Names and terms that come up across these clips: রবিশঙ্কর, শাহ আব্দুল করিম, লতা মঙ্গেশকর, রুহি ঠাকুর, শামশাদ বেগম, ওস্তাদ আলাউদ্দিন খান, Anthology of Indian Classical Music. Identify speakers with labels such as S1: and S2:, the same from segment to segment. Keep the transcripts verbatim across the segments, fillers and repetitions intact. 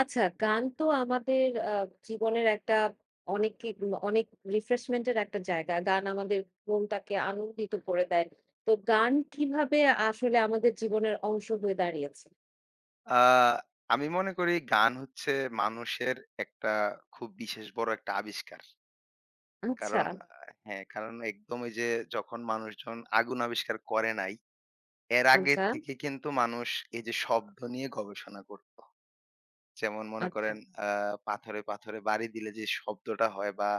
S1: আচ্ছা, গান তো আমাদের আ জীবনের একটা অনেকই অনেক refreshment এর একটা জায়গা। গান আমাদের মনটাকে আনন্দিত করে দেয়। তো গান কিভাবে আসলে আমাদের জীবনের অংশ হয়ে দাঁড়িয়েছে?
S2: আ আমি মনে করি গান হচ্ছে মানুষের একটা খুব বিশেষ বড় একটা আবিষ্কার।
S1: আচ্ছা,
S2: কারণ আ হ্যাঁ, কারণ একদম এই যে যখন মানুষজন আগুন আবিষ্কার করে নাই, এর আগে
S1: আচ্ছা,
S2: থেকে কিন্তু মানুষ এই যে শব্দ নিয়ে গবেষণা করত। যেমন মনে
S1: আচ্ছা।
S2: করেন আ পাথরে, পাথরে বাড়ি দিলে যে শব্দটা হয় বা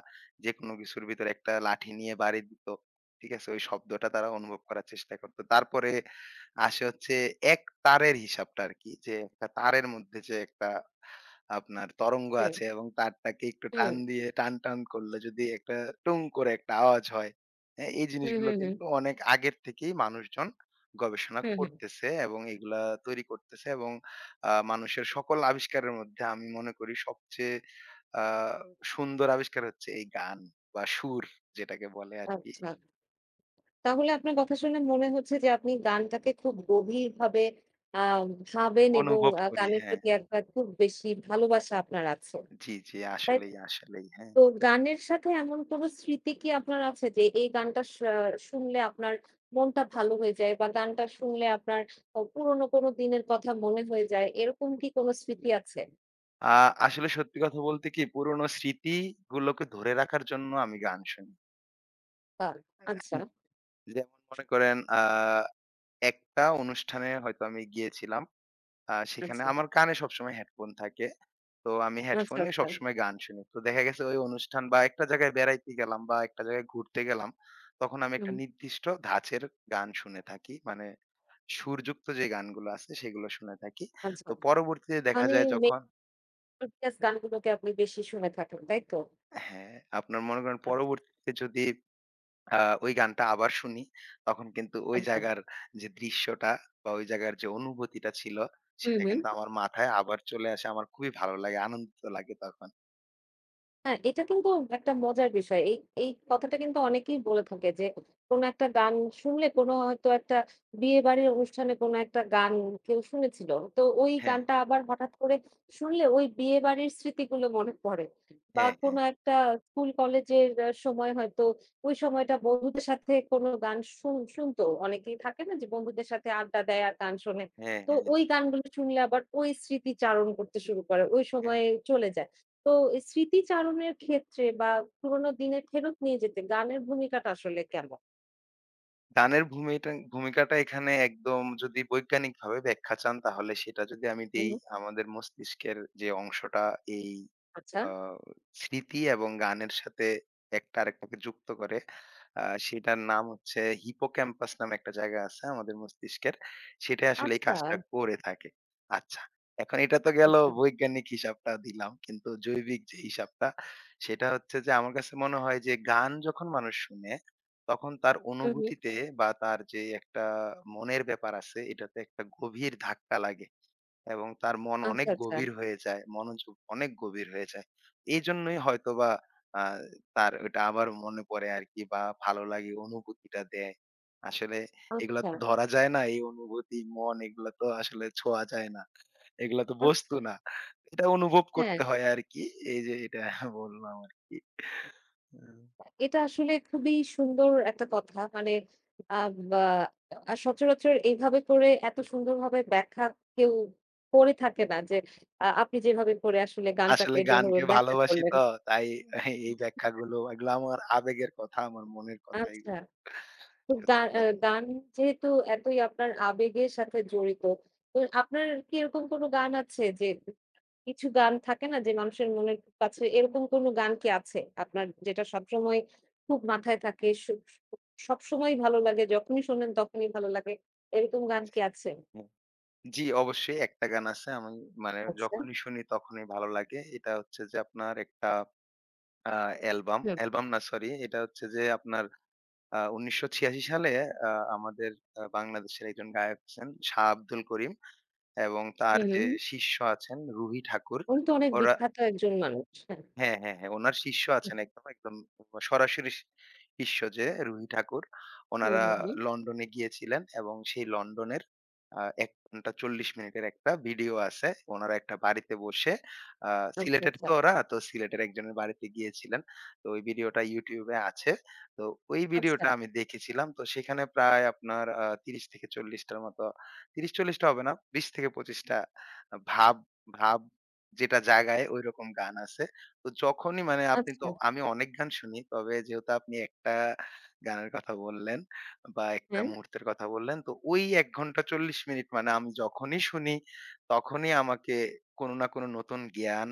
S2: যেকোনো কিছুর ভিতরে একটা লাঠি নিয়ে বাড়ি দিত। ঠিক আছে? ওই শব্দটা তারা অনুভব করার চেষ্টা করত। তারপরে আসে হচ্ছে এক তারের হিসাবটা আরকি। যে একটা তারের মধ্যে যে একটা আপনার তরঙ্গ
S1: হুম,
S2: আছে এবং তারটাকে একটু টান
S1: হুম,
S2: দিয়ে টান, টান করলে যদি একটা টুং করে একটা আওয়াজ হয়, হ্যাঁ? এই
S1: হুম, হুম,
S2: জিনিসগুলো
S1: হুম,
S2: কিন্তু অনেক আগের থেকেই মানুষজন গবেষণা
S1: হুম, হুম।
S2: করতেছে এবং এগুলা তৈরি করতেছে এবং আ মানুষের সকল আবিষ্কারের মধ্যে আমি মনে করি সবচেয়ে আ সুন্দর আবিষ্কার হচ্ছে এই গান বা সুর যেটাকে বলে আরকি।
S1: আচ্ছা। তাহলে আপনার কথা শুনে মনে হচ্ছে যে আপনি গানটাকে খুব গভীরভাবে আ ভাবেন এবং
S2: অনুভব
S1: আ
S2: করি
S1: গানের
S2: হ্যাঁ।
S1: প্রতি একটা খুব বেশি ভালোবাসা আপনার আছে।
S2: জি, জি।
S1: তাই
S2: আসলেই, আসলেই হ্যাঁ।
S1: তো, গানের সাথে এমন কোনো স্মৃতি কি আপনার আছে যে এই গানটা শা শুনলে আপনার মনটা ভালো হয়ে যায় বা গানটা শুনলে আপনার অ পুরনো কোনো দিনের কথা মনে হয়ে যায়, এরকম কি কোনো স্মৃতি আছে?
S2: আ আসলে সত্যি কথা বলতে কি পুরনো স্মৃতিগুলোকে ধরে রাখার জন্য আমি গান শুনি।
S1: বা আচ্ছা,
S2: হ্যাঁ, যেমন মনে করেন আ একটা অনুষ্ঠানে হয়তো আমি গিয়েছিলাম। আ সেখানে
S1: আচ্ছা,
S2: আমার কানে সবসময় হেডফোন থাকে। তো আমি
S1: আচ্ছা,
S2: হেডফোনে
S1: আচ্ছা।
S2: সবসময় গান শুনি। তো দেখা গেছে ওই অনুষ্ঠান বা একটা জায়গায় বেড়াইতে গেলাম বা একটা জায়গায় ঘুরতে গেলাম, তখন আমি একটা
S1: হুম,
S2: নির্দিষ্ট ধাঁচের গান শুনে থাকি। মানে সুরযুক্ত যে গানগুলো আছে সেগুলো শুনে থাকি।
S1: আচ্ছা।
S2: তো পরবর্তীতে দেখা
S1: মানে
S2: যায় যখন
S1: মেলোডিয়াস গানগুলোকে আপনি বেশি শুনে থাকেন, তাই তো?
S2: হ্যাঁ, আপনার মনে করেন
S1: আচ্ছা, আচ্ছা।
S2: পরবর্তীতে যদি আ ওই গানটা আবার শুনি। তখন কিন্তু ওই
S1: আচ্ছা।
S2: জায়গার যে দৃশ্যটা বা ওই জায়গার যে অনুভূতিটা ছিল,
S1: হুম,
S2: সেটা
S1: হুম।
S2: কিন্তু আমার মাথায় আবার চলে আসে। আমার খুবই ভালো লাগে, আনন্দিত লাগে তখন।
S1: হ্যাঁ, এটা কিন্তু একটা মজার বিষয়। এই এই কথাটা কিন্তু অনেকেই বলে থাকে যে, কোন একটা গান শুনলে কোন হয়তো একটা বিয়েবাড়ির অনুষ্ঠানে কোন একটা গান কেউ শুনেছিল। তো ওই
S2: হ্যাঁ,
S1: গানটা আবার হঠাৎ করে শুনলে ওই বিয়েবাড়ির স্মৃতিগুলো মনে পড়ে। বা
S2: হ্যাঁ,
S1: কোন
S2: হ্যাঁ,
S1: একটা স্কুল কলেজের আ সময় হয়তো ওই সময়টা বন্ধুদের সাথে কোন গান শুন শুনতো। অনেকেই থাকে না যে বন্ধুদের সাথে আড্ডা দেয় আর গান শোনে।
S2: হ্যাঁ,
S1: তো
S2: হ্যাঁ,
S1: ওই গানগুলো শুনলে আবার ওই স্মৃতিচারণ করতে শুরু করে। ওই
S2: হ্যাঁ।
S1: সময়ে চলে যায়। তো এই স্মৃতিচারণের ক্ষেত্রে বা পুরোনো দিনে ফেরত নিয়ে যেতে গানের ভূমিকাটা আসলে কেমন?
S2: গানের ভূমিটা ভূমিকাটা এখানে একদম যদি বৈজ্ঞানিকভাবে ব্যাখ্যা চান, তাহলে সেটা যদি আমি
S1: হুম,
S2: দেই,
S1: হুম।
S2: আমাদের মস্তিষ্কের যে অংশটা এই
S1: আচ্ছা।
S2: আ স্মৃতি এবং গানের সাথে একটা আরেকটাকে যুক্ত করে। আ সেটার নাম হচ্ছে হিপোক্যাম্পাস নামে একটা জায়গা আছে আমাদের মস্তিষ্কের। সেটাই আসলে এই
S1: আচ্ছা,
S2: কাজটা করে থাকে। আচ্ছা, এখন এটা তো গেল
S1: আচ্ছা।
S2: বৈজ্ঞানিক হিসাবটা দিলাম। কিন্তু জৈবিক যে হিসাবটা সেটা হচ্ছে যে আমার কাছে মনে হয় যে গান যখন মানুষ শুনে তখন তার
S1: হুম, হুম।
S2: অনুভূতিতে বা তার যে একটা মনের ব্যাপার আছে এটাতে একটা গভীর ধাক্কা লাগে। এবং তার মন
S1: আচ্ছা,
S2: অনেক
S1: আচ্ছা,
S2: গভীর হয়ে যায়। মনোযোগ অনেক গভীর হয়ে যায়। এইজন্যই হয়তোবা আ তার ওইটা আবার মনে পড়ে আরকি বা ভালো লাগে অনুভূতিটা দেয়। আসলে এগুলা
S1: আচ্ছা,
S2: তো ধরা যায় না। এই অনুভূতি, মন এগুলা তো আসলে ছোঁয়া যায় না। এগুলা তো বস্তু
S1: আচ্ছা।
S2: না। এটা অনুভব
S1: হ্যাঁ,
S2: করতে হয় আরকি। এই যে এটা বললাম আরকি। হুম।
S1: এটা আসলে খুবই সুন্দর একটা কথা। মানে আ বা আ সচরাচর এইভাবে করে এত সুন্দরভাবে ব্যাখ্যা কেউ করে থাকে না যে আ আপনি যেভাবে করে আসলে গানটাকে
S2: আসলে
S1: যেভাবে
S2: গানকে
S1: ব্যাখ্যা
S2: ভালোবাসি
S1: করলেন।
S2: তো তাই এই ব্যাখ্যাগুলো এগুলো আমার আবেগের কথা, আমার মনের কথা
S1: আচ্ছা।
S2: এগুলো।
S1: তো
S2: সত্যি
S1: গান আ
S2: কথা।
S1: গান যেহেতু এতই আপনার আবেগের সাথে জড়িত, তো আপনার কি এরকম কোনো গান আছে যে কিছু গান থাকে না যে মানুষের মনের কাছে এরকম কোনো গান কি আছে আপনার যেটা সবসময় খুব মাথায় থাকে, স সবসময়ই ভালো লাগে, যখনই শোনেন তখনই ভালো লাগে, এরকম গান কি আছে?
S2: জি, অবশ্যই একটা গান আছে আমি মানে
S1: আচ্ছা।
S2: যখনই শুনি তখনই ভালো লাগে। এটা হচ্ছে যে আপনার একটা আ অ্যালবাম,
S1: হুম,
S2: অ্যালবাম না সরি এটা হচ্ছে যে আপনার আ উনিশশো ছিয়াশি সালে আ আমাদের আ বাংলাদেশের একজন গায়ক আছেন শাহ আব্দুল করিম এবং তার
S1: হুম, হুম,
S2: যে
S1: হুম।
S2: শিষ্য আছেন রুহি ঠাকুর।
S1: উনি তো অনেক
S2: ওরা
S1: বিখ্যাত একজন মানুষ। হ্যাঁ।
S2: হ্যাঁ, হ্যাঁ, হ্যাঁ। উনার শিষ্য
S1: হুম,
S2: আছেন একদম, একদম সরাসরি শি শিষ্য যে রুহি ঠাকুর,
S1: হুম,
S2: উনারা
S1: হুম।
S2: লন্ডনে গিয়েছিলেন এবং সেই লন্ডনের আ এক ঘন্টা চল্লিশ মিনিটের একটা ভিডিও আছে। উনারা একটা বাড়িতে বসে আ
S1: আচ্ছা,
S2: সিলেটের
S1: আচ্ছা।
S2: তো ওরা, তো সিলেটের একজনের বাড়িতে গিয়েছিলেন। তো ওই ভিডিওটা YouTube এ আছে। তো ওই
S1: আচ্ছা,
S2: ভিডিওটা আমি দেখেছিলাম। তো সেখানে প্রায় আপনার আ ত্রিশ থেকে চল্লিশ টার মতো ত্রিশ চল্লিশ টা হবে না। বিশ থেকে পঁচিশ টা ভাব ভাব যেটা জাগায় ঐরকম গান আছে। তো যখনই মানে আপনি
S1: আচ্ছা।
S2: তো আমি অনেক গান শুনি। তবে যেহেতু আপনি একটা গানের কথা বললেন বা একটা
S1: হ্যাঁ।
S2: মুহূর্তের কথা বললেন। তো ওই এক ঘন্টা চল্লিশ মিনিট মানে আমি যখনই শুনি তখনই আমাকে কোনো না কোনো নতুন জ্ঞান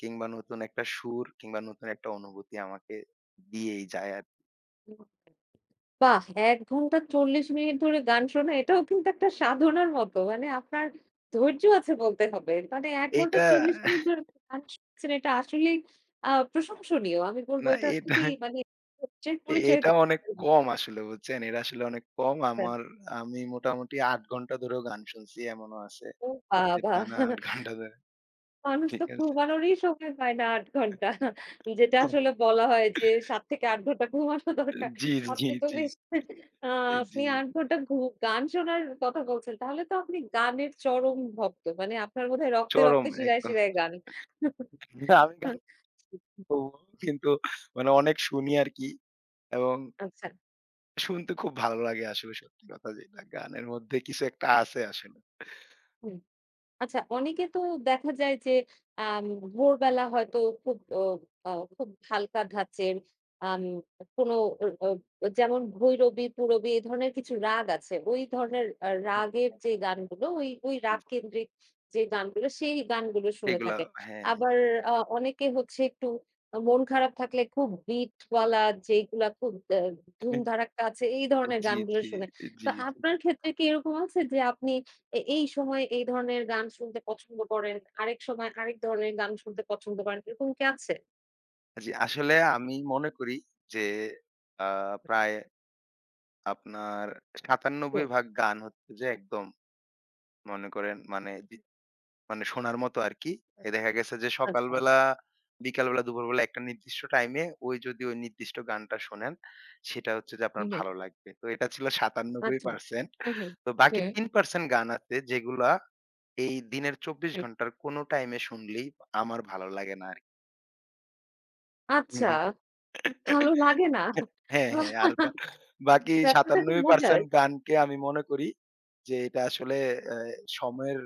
S2: কিংবা নতুন একটা সুর কিংবা নতুন একটা অনুভূতি আমাকে দিয়েই যায় আর কি।
S1: বাহ! এক ঘন্টা চল্লিশ মিনিট ধরে গান শোনা এটাও কিন্তু একটা সাধনার মতো। মানে আপনার ধৈর্য আছে বলতে হবে। মানে এক ঘন্টা
S2: এটা
S1: চল্লিশ মিনিট ধরে গান শুনছেন, এটা আসলেই আ প্রশংসনীয়। আমি বলব
S2: না
S1: এটা
S2: এটা
S1: খুবই, মানে ধৈর্যের পরিচয়
S2: এটা অনেক
S1: দিচ্ছেন।
S2: কম আসলে বুঝছেন? এটা আসলে অনেক কম। আমার আমি মোটামুটি আট ঘন্টা ধরেও গান শুনছি এমনও আছে
S1: ও
S2: যে
S1: বাবা!
S2: টানা আট ঘন্টা ধরে।
S1: মানুষ
S2: ঠিক
S1: তো
S2: আছে।
S1: ঘুমানোরই সময় পায় না আট ঘন্টা। যেটা আসলে বলা হয় যে সাত থেকে আট ঘন্টা ঘুমানো দরকার।
S2: জি, জি,
S1: আপনি তো
S2: জি,
S1: বেশ আ আপনি
S2: জি।
S1: ৮ ঘন্টা ঘু গান শোনার কথা বলছেন। তাহলে তো আপনি গানের চরম ভক্ত। মানে আপনার বোধহয় রক্তে,
S2: চরম
S1: রক্তে, শিরায়,
S2: একদম।
S1: শিরায় গান।
S2: না, আমি গান করব কিন্তু মানে অনেক শুনি আরকি এবং
S1: আচ্ছা।
S2: শুনতে খুব ভালো লাগে আসলে সত্যি কথা যেটা। গানের মধ্যে কিছু একটা আছে আসলে।
S1: হুম। আচ্ছা, অনেকে তো দেখা যায় যে আম ভোরবেলা হয়তো খুব ও আ খুব হালকা ধাঁচের আম কোনো অ অ যেমন ভৈরবী, পূরবী এ ধরনের কিছু রাগ আছে। ওই ধরনের আ রাগের
S2: হ্যাঁ,
S1: যে
S2: হ্যাঁ, হ্যাঁ,
S1: গানগুলো ওই, ওই
S2: জি,
S1: রাগ
S2: জি।
S1: কেন্দ্রিক যে গানগুলো সেই গানগুলো শুনে
S2: এগুলা
S1: থাকে।
S2: হ্যাঁ, হ্যাঁ।
S1: আবার আ অনেকে হচ্ছে একটু আ মন খারাপ থাকলে খুব বিটওয়ালা, যেগুলা খুব আ ধুম ধাড়াক্কা আছে এই ধরনের
S2: জি,
S1: গানগুলো
S2: জি,
S1: শুনে। তো
S2: জি, জি।
S1: আপনার ক্ষেত্রে কি এরকম আছে যে আপনি এ এই সময় এই ধরনের গান শুনতে পছন্দ করেন, আরেক সময় আরেক ধরনের গান শুনতে পছন্দ করেন। এরকম কি আছে?
S2: জি, আসলে আমি মনে করি যে আ প্রায় আপনার
S1: হুম,
S2: সাতানব্বই ভাগ গান হচ্ছে যে একদম মনে করেন মানে মানে শোনার মতো আরকি। এ দেখা গেছে যে
S1: আচ্ছা।
S2: সকালবেলা, বিকালবেলা, দুপুরবেলা একটা নির্দিষ্ট টাইমে ওই যদি ওই নির্দিষ্ট গানটা শোনেন, সেটা হচ্ছে যে
S1: হু,
S2: আপনার
S1: হুম।
S2: ভালো লাগবে। তো এটা ছিল
S1: আচ্ছা।
S2: সাতানব্বই পার্সেন্ট
S1: হু, হুম।
S2: তো বাকি
S1: হুম,
S2: তিন পার্সেন্ট গান আছে যেগুলা এই দিনের চব্বিশ
S1: হুম।
S2: ঘন্টার কোন টাইমে শুনলেই আমার ভালো লাগে না
S1: আচ্ছা,
S2: আরকি।
S1: ভালো লাগে না।
S2: হ্যাঁ, হ্যাঁ। আর বা বাকি
S1: ব্যাপারটা খুব মজার।
S2: সাতানব্বই পার্সেন্ট গানকে আমি মনে করি যে এটা আসলে অ্যা সময়ের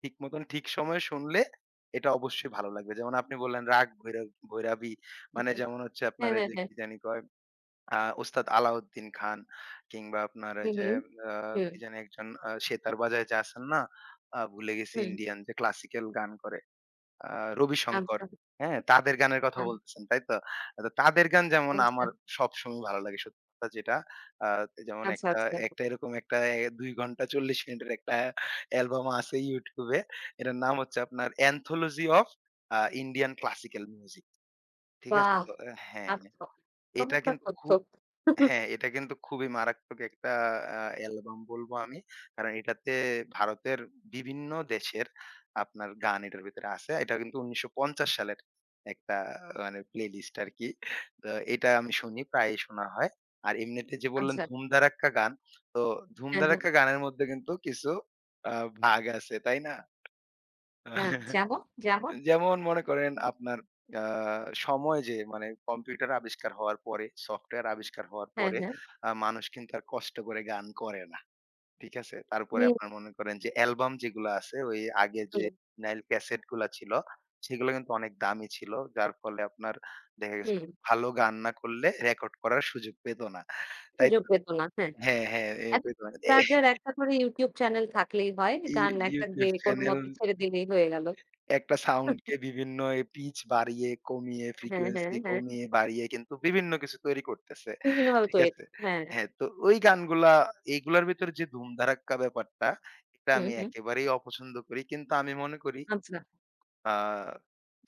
S2: ঠিক মতন ঠিক সময়ে শুনলে এটা অবশ্যই ভালো লাগবে। যেমন আপনি বললেন, 'রাগ ভৈরব ভৈরাবী'
S1: হু,
S2: মানে
S1: হুম।
S2: যেমন হচ্ছে আপনার
S1: হ্যাঁ,
S2: এই
S1: হ্যাঁ,
S2: যে
S1: হ্যাঁ।
S2: কি জানি কয় আ ওস্তাদ আলাউদ্দিন খান কিংবা আপনার
S1: হু,
S2: এই যে
S1: হুম,
S2: আ
S1: হুম,
S2: কি জানি একজন আ সেতার বাজায় যে আছেন না? আ ভুলে গেছি
S1: হুম।
S2: ইন্ডিয়ান যে ক্লাসিক্যাল গান করে। আ রবিশঙ্কর,
S1: আচ্ছা,
S2: হ্যাঁ? তাদের গানের কথা
S1: হ্যাঁ,
S2: বলতেছেন, তাই তো? তো তাদের গান যেমন
S1: আচ্ছা,
S2: আমার সবসময় ভালো লাগে সত্যি কথা যেটা। আ যেমন
S1: আচ্ছা,
S2: একটা
S1: আচ্ছা।
S2: একটা এরকম একটা এ দুই ঘন্টা চল্লিশ মিনিটের একটা অ্যালবাম আছে YouTube এ। এটার নাম হচ্ছে আপনার 'Anthology of a Indian Classical Music' ঠিক আছে?
S1: বাহ!
S2: তো আহ, হ্যাঁ, হ্যাঁ।
S1: আচ্ছা,
S2: এটা
S1: চমৎকার
S2: কিন্তু
S1: তথ্য।
S2: খু হ্যাঁ, এটা কিন্তু খুবই মারাত্মক একটা আ অ্যালবাম বলবো আমি। কারণ এটাতে ভারতের বিভিন্ন দেশের আপনার গান এটার ভেতরে আছে। এটা কিন্তু উনিশশো পঞ্চাশ সালের একটা মানে প্লেলিস্ট আরকি। তো এটা আমি শুনি, প্রায়ই শোনা হয়। আর এমনিতে যে বললেন
S1: আচ্ছা,
S2: 'ধুম ধাড়াক্কা' গান, তো 'ধুম
S1: হ্যাঁ, হ্যাঁ,
S2: ধাড়াক্কা' গানের মধ্যে কিন্তু কিছু আ ভাগ আছে, তাই না?
S1: হ্যাঁ, যেমন, যেমন?
S2: যেমন মনে করেন আপনার আ সময় যে মানে কম্পিউটার আবিষ্কার হওয়ার পরে, সফটওয়্যার আবিষ্কার হওয়ার
S1: হ্যাঁ,
S2: পরে
S1: হ্যাঁ।
S2: আ মানুষ কিন্তু আর কষ্ট করে গান করে না। ঠিক আছে? তারপরে
S1: হুম,
S2: আপনার মনে করেন যে অ্যালবাম যেগুলা আছে ওই আগে যে
S1: হুম,
S2: ভিনাইল ক্যাসেট গুলা ছিল সেগুলো কিন্তু অনেক দামি ছিল। যার ফলে আপনার দেখা গেছে
S1: হুম।
S2: ভালো গান না করলে রেকর্ড করার সুযোগ পেত না। তাই
S1: সুযোগ
S2: তো?
S1: পেত না। হ্যাঁ।
S2: হ্যাঁ, হ্যাঁ, এ
S1: এখন
S2: পেত না।
S1: যার, যার একটা করে YouTube চ্যানেল থাকলেই হয়।
S2: এই
S1: গান একটা
S2: YouTube
S1: গেয়ে
S2: চ্যানেল
S1: কোনমতে ছেড়ে দিলেই হয়ে গেল।
S2: একটা সাউন্ডকে বিভিন্ন এ পিচ বাড়িয়ে, কমিয়ে,
S1: হ্যাঁ, হ্যাঁ,
S2: ফ্রিকোয়েন্সি
S1: হ্যাঁ।
S2: কমিয়ে, বাড়িয়ে কিন্তু বিভিন্ন কিছু তৈরি করতেছে।
S1: বিভিন্নভাবে
S2: ঠিক
S1: তৈরি
S2: আছে?
S1: করা, হ্যাঁ।
S2: হ্যাঁ, তো ওই গানগুলা এইগুলার ভেতরে যে ধুমধারাক্কা ব্যাপারটা, এটা
S1: হুম,
S2: আমি
S1: হুম।
S2: একেবারেই অপছন্দ করি। কিন্তু আমি মনে করি
S1: আচ্ছা।
S2: আ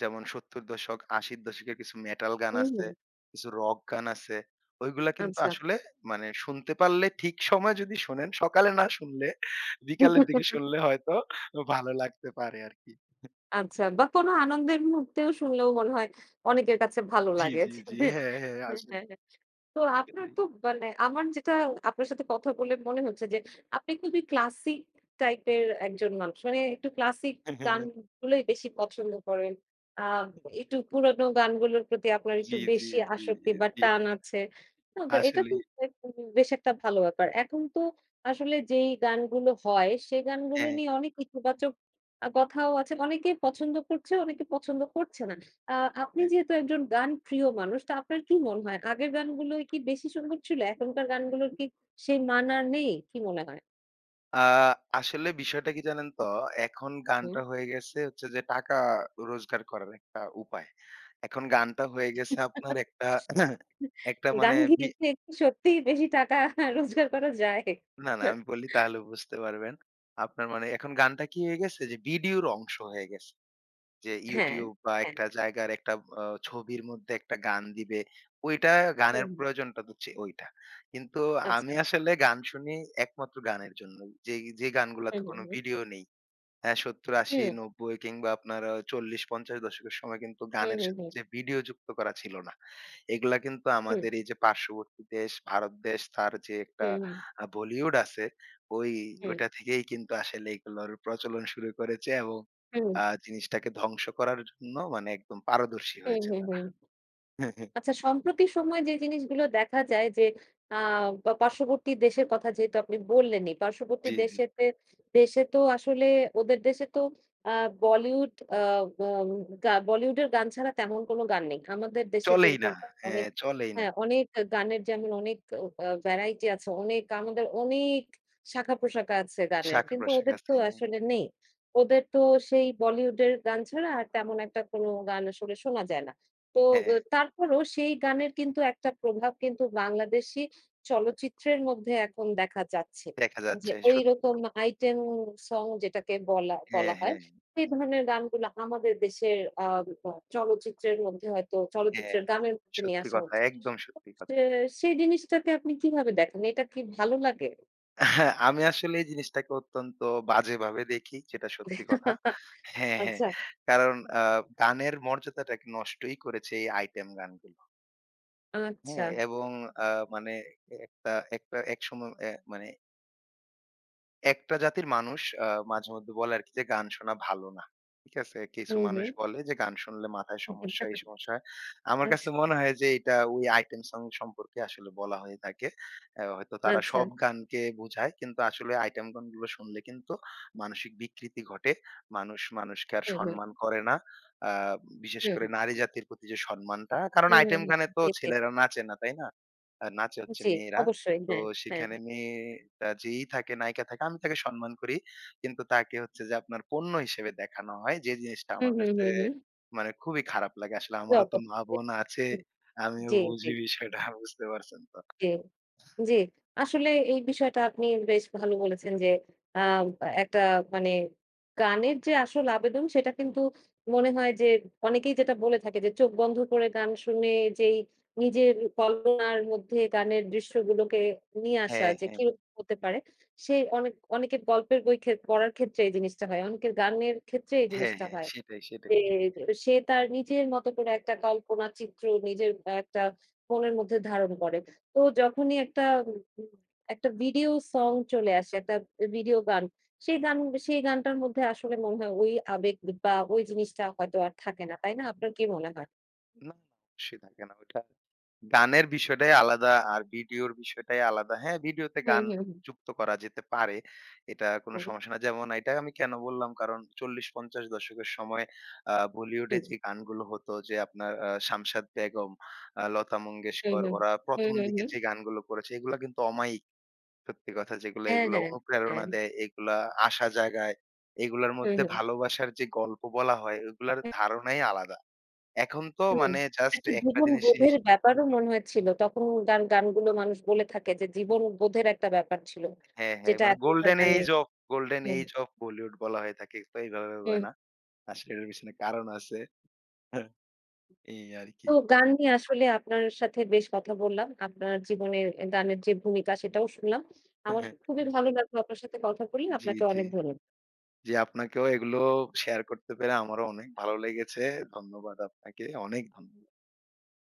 S2: যেমন সত্তর দশক, আশি দশকের কিছু মেটাল গান
S1: হুম,
S2: আছে,
S1: হুম।
S2: কিছু রক গান আছে। ওইগুলা কিন্তু
S1: আচ্ছা।
S2: আসলে মানে শুনতে পারলে ঠিক সময় যদি শোনেন, সকালে না শুনলে বিকালের দিকে শুনলে হয়তো ভালো লাগতে পারে আরকি।
S1: আচ্ছা, বা কোনো আনন্দের মুহূর্তেও শুনলেও মনে হয় অনেকের কাছে ভালো
S2: জি,
S1: লাগে।
S2: জি, জি। হ্যাঁ, হ্যাঁ,
S1: হ্যাঁ,
S2: আসলেই,
S1: হ্যাঁ। হ্যাঁ, তো আপনার
S2: আসলেই।
S1: তো মানে আমার যেটা আপনার সাথে কথা বলে মনে হচ্ছে যে, আপনি খুবই ক্লাসিক টাইপের একজন মানুষ। মানে একটু ক্লাসিক গানগুলোই বেশি পছন্দ করেন। আ একটু পুরানো গানগুলোর প্রতি আপনার
S2: জি,
S1: একটু
S2: জি,
S1: বেশি
S2: জি,
S1: আসক্তি বা
S2: জি।
S1: টান আছে। না বা এটা তো
S2: আসলেই।
S1: এক- বেশ একটা ভালো ব্যাপার। এখন তো আসলে যেই গানগুলো হয়, সেই গানগুলো
S2: হ্যাঁ,
S1: নিয়ে অনেক ইতিবাচক আ কথাও আছে। অনেকে পছন্দ করছে, অনেকে পছন্দ করছে না। আ আপনি
S2: হ্যাঁ।
S1: যেহেতু একজন গান প্রিয় মানুষ, তো আপনার কি মনে হয়? আগের গানগুলোই কি বেশি সুন্দর ছিল? এখনকার গানগুলোর কি সেই মান আর নেই? কি মনে হয়?
S2: আ আসলে বিষয়টা কি জানেন তো? এখন
S1: হুম।
S2: গানটা হয়ে গেছে হচ্ছে যে টাকা রোজগার করার একটা উপায়। এখন গানটা হয়ে গেছে আপনার একটা একটা
S1: গান
S2: মানে
S1: গেয়ে
S2: বি
S1: গেয়ে কি সত্যিই বেশি টাকা রোজগার করা যায়?
S2: না, না আমি বললে তাহলে বুঝতে পারবেন। আপনার মানে এখন গানটা কি হয়ে গেছে? যে ভিডিওর অংশ হয়ে গেছে। যে
S1: হ্যাঁ,
S2: YouTube বা
S1: হ্যাঁ।
S2: একটা জায়গার একটা আ ছবির মধ্যে একটা গান দিবে। ওইটা গানের
S1: হুম, হুম।
S2: প্রয়োজনটা তো চে ওইটা। কিন্তু আমি
S1: আচ্ছা।
S2: আসলে গান শুনি একমাত্র গানের জন্য। যেই যে গানগুলাতে
S1: হুম,
S2: কোনো
S1: হুম, হুম।
S2: ভিডিও নেই। হ্যাঁ, সত্তর, আশি,
S1: হুম,
S2: নব্বই কিংবা আপনার আ চল্লিশ, পঞ্চাশ দশকের সময় কিন্তু
S1: হুম,
S2: গানের
S1: হুম,
S2: সাথে যে ভিডিও যুক্ত করা ছিল না। এগুলা কিন্তু
S1: হুম।
S2: আমাদের এই যে পার্শ্ববর্তী দেশ ভারত দেশ তার যে একটা
S1: হুম, হুম,
S2: আ বলিউড আছে ওই
S1: হুম।
S2: ওইটা থেকেই কিন্তু আসলে এগুলোর প্রচলন শুরু করেছে এবং
S1: হুম, হুম,
S2: আ জিনিসটাকে ধ্বংস করার জন্য মানে একদম পারদর্শী
S1: হুম,
S2: হয়েছে
S1: হুম,
S2: তারা।
S1: হুম। আচ্ছা, সম্প্রতি সময়ে যে জিনিসগুলো দেখা যায় যে আ বা পার্শ্ববর্তী দেশের কথা যেহেতু আপনি বললেনই। পার্শ্ববর্তী
S2: জি, জি।
S1: দেশেতে দেশে তো আসলে ওদের দেশে তো আ বলিউড আ বম গা বলিউডের গান ছাড়া তেমন কোনো গান নেই। আমাদের দেশে
S2: চলেই
S1: যেরকম
S2: না।
S1: অনেক,
S2: হ্যাঁ, চলেই না।
S1: হ্যাঁ, অনেক গানের, যেমন অনেক অ ভ্যারাইটি আছে। অনেক, আমাদের অনেক শাখা-প্রশাখা আছে গানের।
S2: শাখা
S1: কিন্তু
S2: প্রশাখা
S1: ওদের তো
S2: আছে। হ্যাঁ,
S1: আসলে নেই। ওদের তো সেই বলিউডের গান ছাড়া আর তেমন একটা কোনো গান আসলে শোনা যায় না। তো অ
S2: হ্যাঁ
S1: তারপরও সেই গানের কিন্তু একটা প্রভাব কিন্তু বাংলাদেশী চলচ্চিত্রের মধ্যে এখন দেখা যাচ্ছে।
S2: দেখা
S1: যে
S2: যাচ্ছে। সত্যি
S1: ঐরকম আইটেম সং যেটাকে বলা
S2: হ্যাঁ,
S1: বলা হয়,
S2: হ্যাঁ,
S1: সেই ধরনের গানগুলো আমাদের দেশের আ আ চলচ্চিত্রের মধ্যে হয়তো
S2: হ্যাঁ।
S1: চলচ্চিত্রের গানের মধ্যে নিয়ে
S2: সত্যি
S1: আসা
S2: কথা।
S1: উচিত।
S2: একদম সত্যি কথা।
S1: সে সেই জিনিসটাকে আপনি কিভাবে দেখেন? এটা কি ভালো লাগে?
S2: হ্যাঁ, আমি আসলে এই জিনিসটাকে অত্যন্ত বাজেভাবে দেখি যেটা সত্যি কথা। হ্যাঁ, হ্যাঁ।
S1: আচ্ছা,
S2: কারণ আ গানের মর্যাদাটাকে নষ্টই করেছে এই আইটেম গানগুলো।
S1: আচ্ছা।
S2: হ্যাঁ? এবং আ মানে একটা একটা একসময় অ্যা মানে একটা জাতির মানুষ আ মাঝে মধ্যে বলে আরকি যে, "গান শোনা ভালো না।" ঠিক আছে? কিছু
S1: হুম,
S2: মানুষ
S1: হুম।
S2: বলে যে, "গান শুনলে মাথায় সমস্যা, এই সমস্যা হয়।" আমার
S1: আচ্ছা,
S2: কাছে মনে হয় যে এটা ওই আইটেম সং সম্পর্কে আসলে বলা হয়ে থাকে। অ্যা হয়তো তারা
S1: আচ্ছা।
S2: সব গানকে বুঝায় কিন্তু আসলে আইটেম গানগুলো শুনলে কিন্তু মানসিক বিকৃতি ঘটে। মানুষ মানুষকে আর
S1: হুম, হুম,
S2: সম্মান করে না। আ বিশেষ
S1: হুম,
S2: করে নারী জাতির প্রতি যে সম্মানটা, কারণ
S1: হুম, হুম,
S2: আইটেম
S1: হুম।
S2: গানে তো
S1: জি, জি।
S2: ছেলেরা নাচে না, তাই না? আ নাচে হচ্ছে
S1: জি,
S2: মেয়েরা।
S1: অবশ্যই।
S2: তো
S1: হ্যাঁ, হ্যাঁ।
S2: সেখানে মেয়েটা যেই থাকে, নায়িকা থাকে, আমি তাকে সম্মান করি। কিন্তু তাকে হচ্ছে যে আপনার পণ্য হিসেবে দেখানো হয়। যে জিনিসটা
S1: হুম,
S2: আমার
S1: হুম,
S2: কাছে
S1: হুম, হুম।
S2: মানে খুবই খারাপ লাগে। আসলে
S1: খুবই
S2: আমারও তো
S1: অপছন্দের।
S2: মা-বোন আছে।
S1: হুম,
S2: আমিও
S1: জি, জি,
S2: বুঝি বিষয়টা বুঝতে পারছেন তো।
S1: জি, জি। আসলে এই বিষয়টা আপনি বেশ ভালো বলেছেন যে, আ একটা মানে গানের যে আসল আবেদন সেটা কিন্তু মনে হয় যে, অনেকেই যেটা বলে থাকে যে চোখ বন্ধ করে গান শুনে যেই নিজের কল্পনার মধ্যে গানের দৃশ্যগুলোকে নিয়ে আসা
S2: হ্যাঁ,
S1: যে
S2: হ্যাঁ।
S1: কিরকম হতে পারে। সে অনেক, অনেকের গল্পের বই খে পড়ার ক্ষেত্রে এই জিনিসটা হয়। অনেকের গানের ক্ষেত্রে এই
S2: হ্যাঁ,
S1: জিনিসটা
S2: হ্যাঁ।
S1: হয়।
S2: সেটাই, সেটাই।
S1: যে সে তার নিজের মতো করে একটা কল্পনা চিত্র নিজের একটা ফোনের মধ্যে ধারণ করে। তো যখনই একটা উম একটা ভিডিও সং চলে আসে, একটা ভিডিও গান, সেই গান সেই গানটার মধ্যে আসলে মনে হয় ওই আবেগ বা ওই জিনিসটা হয়তো আর থাকে না। তাই না? আপনার কি মনে হয়?
S2: না, না অবশ্যই থাকে না। ওইটা গানের বিষয়টাই আলাদা আর ভিডিওর বিষয়টাই আলাদা। হ্যাঁ, ভিডিওতে
S1: হুম,
S2: গান
S1: হুম, হুম।
S2: যুক্ত করা যেতে পারে। এটা কোনো
S1: হুম,
S2: সমস্যা না। যেমন এটা আমি কেন বললাম কারণ চল্লিশ পঞ্চাশ দশকের সময় আ বলিউডে
S1: হুম।
S2: যে গানগুলো হতো যে আপনার আ শামশাদ বেগম, আ লতা
S1: হুম,
S2: মঙ্গেশকর
S1: হুম।
S2: ওরা
S1: হুম,
S2: প্রথম
S1: হুম,
S2: দিকে
S1: হুম।
S2: যে গানগুলো করেছে এগুলা কিন্তু অমায়িক সত্যি কথা যেগুলা
S1: হ্যাঁ,
S2: এগুলা
S1: হ্যাঁ,
S2: অনুপ্রেরণা
S1: হ্যাঁ।
S2: দেয়, এগুলা আশা জাগায়। এগুলার
S1: হুম,
S2: মধ্যে
S1: হুম।
S2: ভালোবাসার যে গল্প বলা হয় ওগুলার ধারণাই আলাদা। এখন তো
S1: হুম।
S2: মানে জাস্ট
S1: একটা
S2: একটা জিনিস শেষ
S1: জীবনবোধের ব্যাপারও মনে হয় ছিল। তখনকার গানগুলো মানুষ বলে থাকে যে জীবনবোধের একটা ব্যাপার ছিল।
S2: হ্যাঁ, হ্যাঁ,
S1: যেটা
S2: মানে
S1: এখনকার
S2: গোল্ডেন
S1: গানে।
S2: এইজ অফ গোল্ডেন
S1: হুম,
S2: এইজ অফ বলিউড বলা হয়ে থাকে। তো এইভাবে হবে
S1: হুম।
S2: না। আসলে এটার পিছনে কারণ আছে। এই আরকি।
S1: তো গান নিয়ে আসলে আপনার সাথে বেশ কথা বললাম। আপনার জীবনের গানের যে ভূমিকা সেটাও শুনলাম। আমার খুবই ভালো লাগলো আপনার সাথে কথা বলে।
S2: জি,
S1: আপনাকে
S2: জি।
S1: অনেক ধন্যবাদ।
S2: জি, আপনাকেও এগুলো শেয়ার করতে পেরে আমারও অনেক ভালো লেগেছে। ধন্যবাদ আপনাকে। অনেক ধন্যবাদ।